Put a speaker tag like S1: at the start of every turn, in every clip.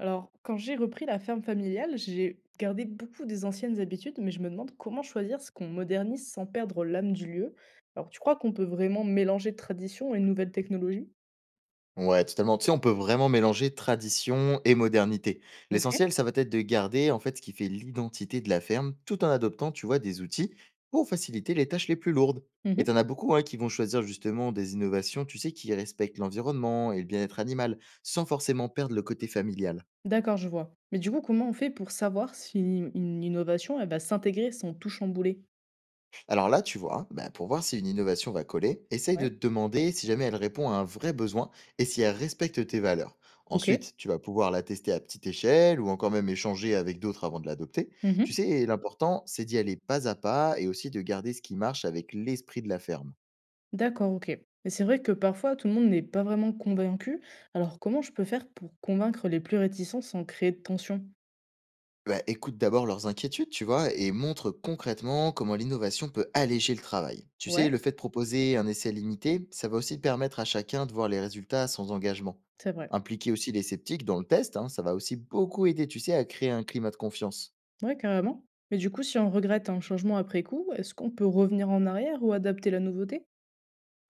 S1: Alors, quand j'ai repris la ferme familiale, j'ai gardé beaucoup des anciennes habitudes, mais je me demande comment choisir ce qu'on modernise sans perdre l'âme du lieu. Alors, tu crois qu'on peut vraiment mélanger tradition et nouvelles technologies?
S2: Ouais, totalement. Tu sais, on peut vraiment mélanger tradition et modernité.
S1: Ok.
S2: L'essentiel, ça va être de garder en fait ce qui fait l'identité de la ferme, tout en adoptant, tu vois, des outils pour faciliter les tâches les plus lourdes. Et
S1: Mhm.
S2: t'en as beaucoup hein, qui vont choisir justement des innovations, tu sais, qui respectent l'environnement et le bien-être animal, sans forcément perdre le côté familial.
S1: D'accord, je vois. Mais du coup, comment on fait pour savoir si une innovation, elle va s'intégrer sans tout chambouler?
S2: Alors là, tu vois, bah, pour voir si une innovation va coller, essaye de
S1: Ouais.
S2: te demander si jamais elle répond à un vrai besoin et si elle respecte tes valeurs.
S1: Ok.
S2: Ensuite, tu vas pouvoir la tester à petite échelle ou encore même échanger avec d'autres avant de l'adopter. Tu
S1: Mhm.
S2: sais, l'important, c'est d'y aller pas à pas et aussi de garder ce qui marche avec l'esprit de la ferme.
S1: D'accord, ok. Mais c'est vrai que parfois, tout le monde n'est pas vraiment convaincu. Alors, comment je peux faire pour convaincre les plus réticents sans créer de tension?
S2: Bah, écoute d'abord leurs inquiétudes, tu vois, et montre concrètement comment l'innovation peut alléger le travail. Tu sais,
S1: Ouais.
S2: le fait de proposer un essai limité, ça va aussi permettre à chacun de voir les résultats sans engagement.
S1: C'est vrai.
S2: Impliquer aussi les sceptiques dans le test, hein, ça va aussi beaucoup aider, tu sais, à créer un climat de confiance.
S1: Ouais, carrément. Mais du coup, si on regrette un changement après coup, est-ce qu'on peut revenir en arrière ou adapter la nouveauté?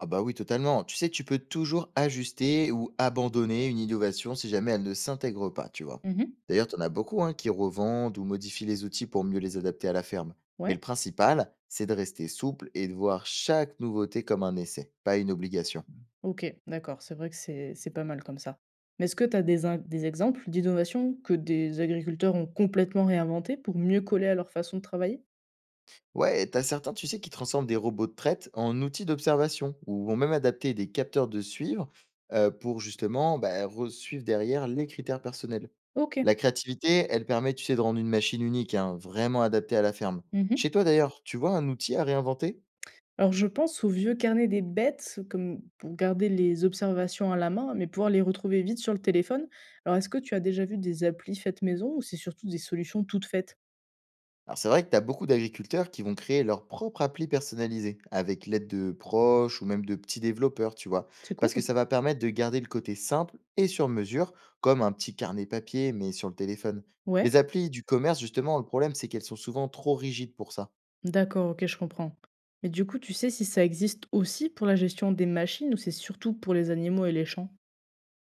S2: Ah bah oui, totalement. Tu sais, tu peux toujours ajuster ou abandonner une innovation si jamais elle ne s'intègre pas, tu vois.
S1: Mhm.
S2: D'ailleurs, tu en as beaucoup hein, qui revendent ou modifient les outils pour mieux les adapter à la ferme. Mais le
S1: Ouais,
S2: principal, c'est de rester souple et de voir chaque nouveauté comme un essai, pas une obligation.
S1: ok, d'accord, c'est vrai que c'est pas mal comme ça. Mais est-ce que tu as des, des exemples d'innovations que des agriculteurs ont complètement réinventées pour mieux coller à leur façon de travailler?
S2: Ouais, t'as certains, tu sais, qui transforment des robots de traite en outils d'observation ou vont même adapter des capteurs de suivre pour justement bah, suivre derrière les critères personnels.
S1: Ok.
S2: La créativité, elle permet, tu sais, de rendre une machine unique, hein, vraiment adaptée à la ferme.
S1: Mhm.
S2: Chez toi d'ailleurs, tu vois un outil à réinventer.
S1: Alors je pense aux vieux carnets des bêtes, comme pour garder les observations à la main, mais pouvoir les retrouver vite sur le téléphone. Alors est-ce que tu as déjà vu des applis faites maison ou c'est surtout des solutions toutes faites?
S2: Alors c'est vrai que tu as beaucoup d'agriculteurs qui vont créer leur propre appli personnalisée, avec l'aide de proches ou même de petits développeurs, tu vois.
S1: C'est
S2: Parce que
S1: cool.
S2: ça va permettre de garder le côté simple et sur mesure, comme un petit carnet papier, mais sur le téléphone.
S1: Ouais.
S2: Les applis du commerce, justement, le problème, c'est qu'elles sont souvent trop rigides pour ça.
S1: D'accord, OK, je comprends. Mais du coup, tu sais si ça existe aussi pour la gestion des machines ou c'est surtout pour les animaux et les champs?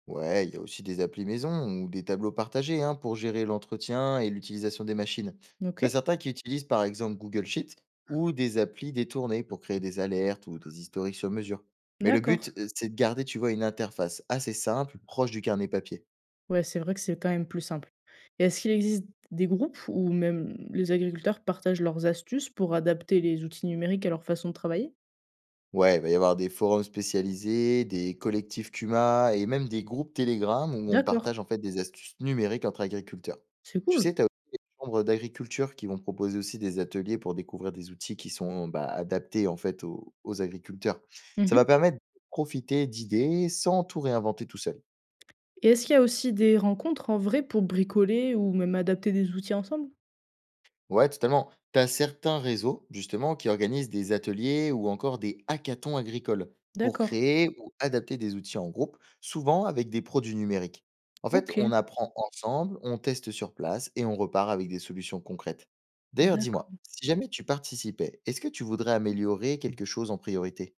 S2: Ouais, il y a aussi des applis maison ou des tableaux partagés hein, pour gérer l'entretien et l'utilisation des machines. T'as
S1: OK,
S2: certains qui utilisent par exemple Google Sheet ou des applis détournées pour créer des alertes ou des historiques sur mesure. Mais le
S1: d'accord.
S2: but, c'est de garder, tu vois, une interface assez simple, proche du carnet papier.
S1: Ouais, c'est vrai que c'est quand même plus simple. Et est-ce qu'il existe des groupes où même les agriculteurs partagent leurs astuces pour adapter les outils numériques à leur façon de travailler?
S2: Ouais, il va y avoir des forums spécialisés, des collectifs CUMA et même des groupes Telegram où on
S1: D'accord,
S2: partage en fait des astuces numériques entre agriculteurs.
S1: c'est
S2: Tu
S1: cool.
S2: sais, tu as aussi les chambres d'agriculture qui vont proposer aussi des ateliers pour découvrir des outils qui sont bah, adaptés en fait aux, aux agriculteurs. Ça va
S1: Mhm.
S2: permettre de profiter d'idées sans tout réinventer tout seul.
S1: Et est-ce qu'il y a aussi des rencontres en vrai pour bricoler ou même adapter des outils ensemble?
S2: Ouais, totalement. Tu as certains réseaux, justement, qui organisent des ateliers ou encore des hackathons agricoles pour
S1: D'accord,
S2: créer ou adapter des outils en groupe, souvent avec des produits numériques. En fait, on
S1: OK,
S2: apprend ensemble, on teste sur place et on repart avec des solutions concrètes. D'ailleurs,
S1: d'accord.
S2: dis-moi, si jamais tu participais, est-ce que tu voudrais améliorer quelque chose en priorité?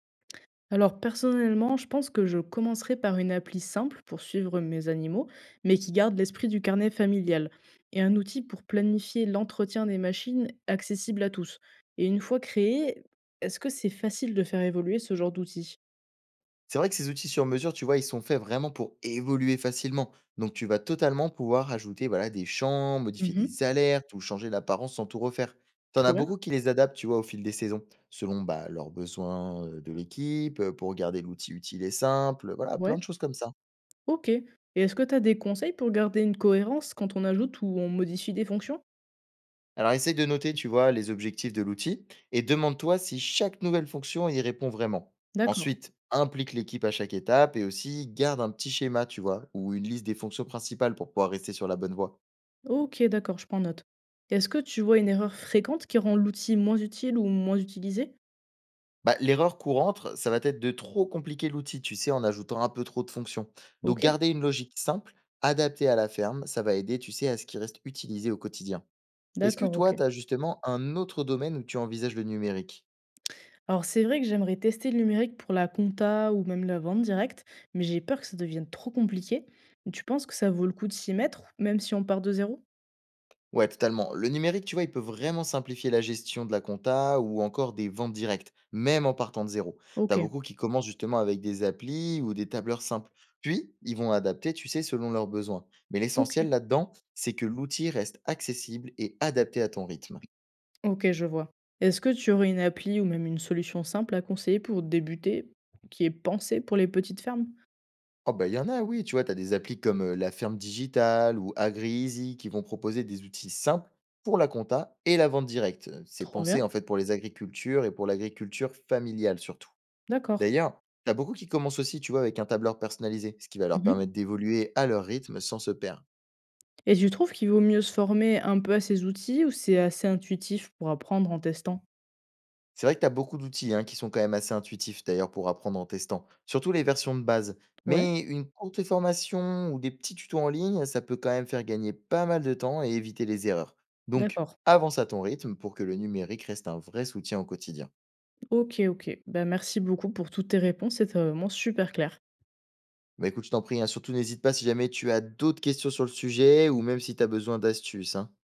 S1: Alors personnellement, je pense que je commencerai par une appli simple pour suivre mes animaux, mais qui garde l'esprit du carnet familial, et un outil pour planifier l'entretien des machines accessible à tous. Et une fois créé, est-ce que c'est facile de faire évoluer ce genre d'outil?
S2: C'est vrai que ces outils sur mesure, tu vois, ils sont faits vraiment pour évoluer facilement. Donc, tu vas totalement pouvoir ajouter voilà, des champs, modifier des
S1: Mhm.
S2: alertes ou changer l'apparence sans tout refaire. T'en as
S1: Trop
S2: beaucoup
S1: bien.
S2: qui les adaptent, tu vois, au fil des saisons, selon bah, leurs besoins de l'équipe, pour garder l'outil utile et simple, voilà, plein
S1: Ouais.
S2: de choses comme ça.
S1: Ok. Et est-ce que tu as des conseils pour garder une cohérence quand on ajoute ou on modifie des fonctions?
S2: Alors, essaye de noter, tu vois, les objectifs de l'outil et demande-toi si chaque nouvelle fonction y répond vraiment.
S1: D'accord.
S2: Ensuite, implique l'équipe à chaque étape et aussi garde un petit schéma, tu vois, ou une liste des fonctions principales pour pouvoir rester sur la bonne voie.
S1: Ok, d'accord, je prends note. Est-ce que tu vois une erreur fréquente qui rend l'outil moins utile ou moins utilisé?
S2: Bah, l'erreur courante, ça va être de trop compliquer l'outil, tu sais, en ajoutant un peu trop de fonctions. Donc,
S1: Ok.
S2: garder une logique simple, adaptée à la ferme, ça va aider, tu sais, à ce qui reste utilisé au quotidien. Est-ce que
S1: D'accord,
S2: toi,
S1: ok.
S2: tu as justement un autre domaine où tu envisages le numérique?
S1: Alors c'est vrai que j'aimerais tester le numérique pour la compta ou même la vente directe, mais j'ai peur que ça devienne trop compliqué. Tu penses que ça vaut le coup de s'y mettre, même si on part de zéro?
S2: Ouais, totalement. Le numérique, tu vois, il peut vraiment simplifier la gestion de la compta ou encore des ventes directes, même en partant de zéro. T'as
S1: Ok,
S2: beaucoup qui commencent justement avec des applis ou des tableurs simples. Puis, ils vont adapter, tu sais, selon leurs besoins. Mais
S1: ok,
S2: l'essentiel là-dedans, c'est que l'outil reste accessible et adapté à ton rythme.
S1: ok, je vois. Est-ce que tu aurais une appli ou même une solution simple à conseiller pour débuter, qui est pensée pour les petites fermes?
S2: Oh bah il y en a, oui, tu vois, t'as des applis comme La Ferme Digitale ou AgriEasy qui vont proposer des outils simples pour la compta et la vente directe. C'est
S1: Trop
S2: pensé en
S1: bien,
S2: fait pour les agricultures et pour l'agriculture familiale surtout.
S1: d'accord.
S2: D'ailleurs, t'as beaucoup qui commencent aussi, tu vois, avec un tableur personnalisé, ce qui va leur
S1: Mhm.
S2: permettre d'évoluer à leur rythme sans se perdre.
S1: Et tu trouves qu'il vaut mieux se former un peu à ces outils ou c'est assez intuitif pour apprendre en testant?
S2: C'est vrai que t'as beaucoup d'outils hein, qui sont quand même assez intuitifs d'ailleurs pour apprendre en testant, surtout les versions de base.
S1: Ouais,
S2: Mais une courte formation ou des petits tutos en ligne, ça peut quand même faire gagner pas mal de temps et éviter les erreurs. Donc,
S1: d'accord.
S2: avance à ton rythme pour que le numérique reste un vrai soutien au quotidien.
S1: Ok, ok. Bah, merci beaucoup pour toutes tes réponses, c'est vraiment super clair.
S2: Bah écoute, je t'en prie, hein, surtout n'hésite pas si jamais tu as d'autres questions sur le sujet ou même si tu as besoin d'astuces, hein.